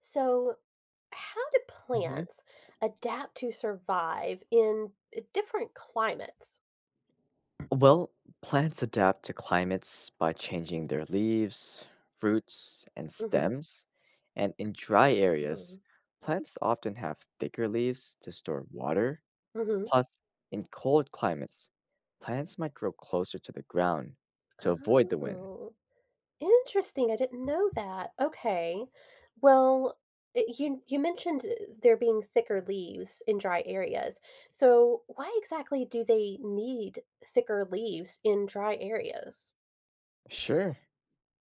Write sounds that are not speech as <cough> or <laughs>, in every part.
So, how do Hmm. plants adapt to survive in different climates? Well, plants adapt to climates by changing their leaves, roots, and Hmm. stems. And in dry areas, Hmm. plants often have thicker leaves to store water. Hmm. Plus, in cold climates, plants might grow closer to the ground to avoid the wind. Oh, interesting. I didn't know that. Okay. Well, you mentioned there being thicker leaves in dry areas. So, why exactly do they need thicker leaves in dry areas? Sure.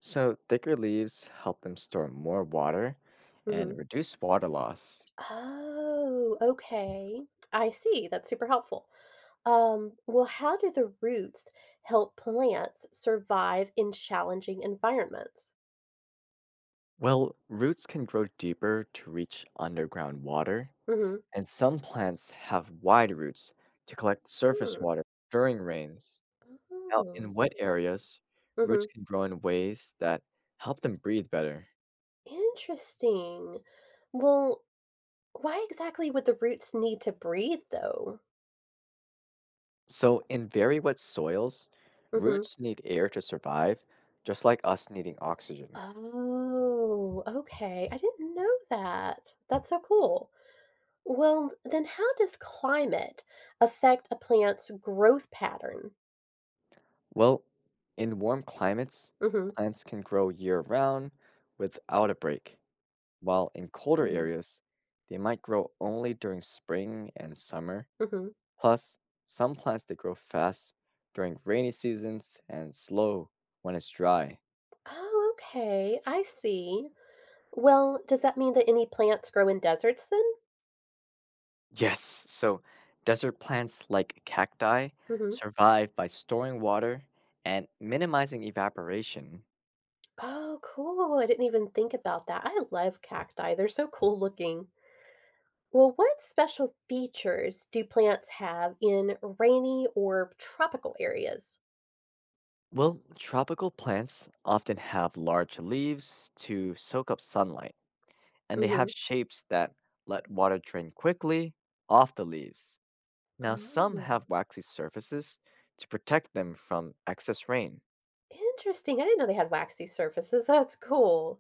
So, thicker leaves help them store more water Hmm. and reduce water loss. Oh, okay. I see. That's super helpful. Well, how do the roots help plants survive in challenging environments? Well, roots can grow deeper to reach underground water Mm-hmm. and some plants have wide roots to collect surface Hmm. water during rains. Now, in Oh. wet areas, Mm-hmm. roots can grow in ways that help them breathe better. Interesting. Well, why exactly would the roots need to breathe, though? So, in very wet soils, Mm-hmm. roots need air to survive, just like us needing oxygen. Oh, okay. I didn't know that. That's so cool. Well, then how does climate affect a plant's growth pattern? Well, in warm climates, Mm-hmm. plants can grow year round without a break, while in colder areas, they might grow only during spring and summer. Mm-hmm. Plus, some plants that grow fast during rainy seasons and slow when it's dry. Oh, okay. I see. Well, does that mean that any plants grow in deserts then? Yes, so desert plants like cacti Mhm. survive by storing water and minimizing evaporation. Oh, cool. I didn't even think about that. I love cacti. They're so cool looking. Well, what special features do plants have in rainy or tropical areas? Well, tropical plants often have large leaves to soak up sunlight, and they have Hmm. shapes that let water drain quickly off the leaves. Now, some Oh, have waxy surfaces to protect them from excess rain. interesting. I didn't know they had waxy surfaces. That's cool.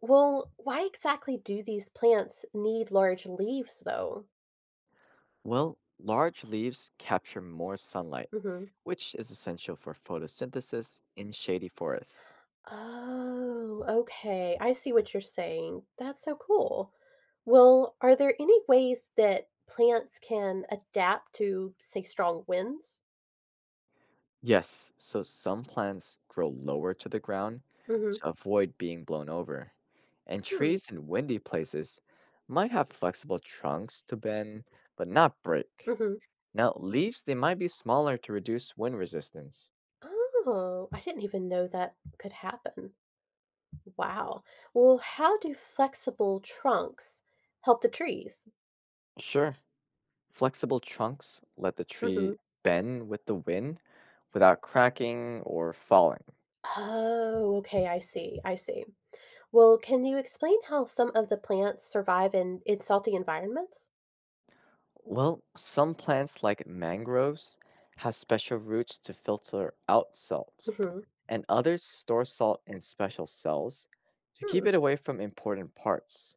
Well, why exactly do these plants need large leaves, though? Well, large leaves capture more sunlight, Hmm. which is essential for photosynthesis in shady forests. Oh, okay. I see what you're saying. That's so cool. Well, are there any ways that plants can adapt to, say, strong winds? Yes, so some plants grow lower to the ground Mm-hmm. to avoid being blown over. And Hmm. trees in windy places might have flexible trunks to bend, but not break. Mm-hmm. Now, leaves, they might be smaller to reduce wind resistance. Oh, I didn't even know that could happen. Wow. Well, how do flexible trunks help the trees? Sure, flexible trunks let the tree Mm-hmm. bend with the wind without cracking or falling. Oh, okay. I see. I see. Well, can you explain how some of the plants survive in salty environments? Well, some plants like mangroves have special roots to filter out salt, Mm-hmm. and others store salt in special cells to keep Hmm. it away from important parts.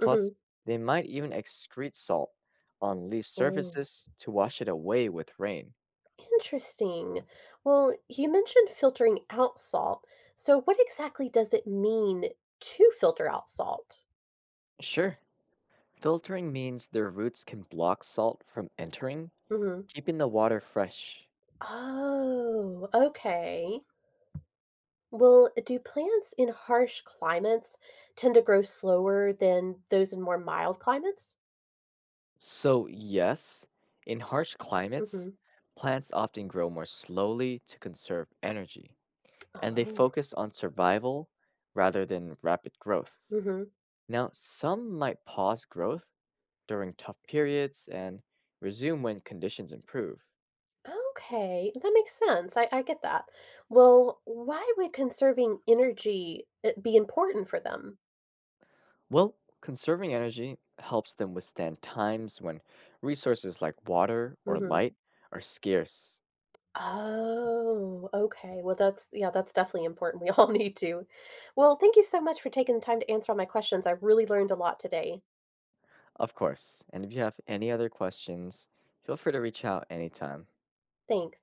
Mm-hmm. Plus, they might even excrete salt on leaf Mm, surfaces to wash it away with rain. interesting. Well, you mentioned filtering out salt. So, what exactly does it mean to filter out salt? Sure, filtering means their roots can block salt from entering, Hmm. keeping the water fresh. Oh, okay. Well, do plants in harsh climates tend to grow slower than those in more mild climates? So, yes, in harsh climates, Hmm. plants often grow more slowly to conserve energy, and they Oh. focus on survival rather than rapid growth. Hmm. Now, some might pause growth during tough periods and resume when conditions improve. Okay, that makes sense. I get that. Well, why would conserving energy be important for them? Well, conserving energy helps them withstand times when resources like water or Hmm. light are scarce. Oh, okay. Well, that's, yeah, that's definitely important. We <laughs> all need to. Well, thank you so much for taking the time to answer all my questions. I really learned a lot today. Of course, and if you have any other questions, feel free to reach out anytime. Thanks.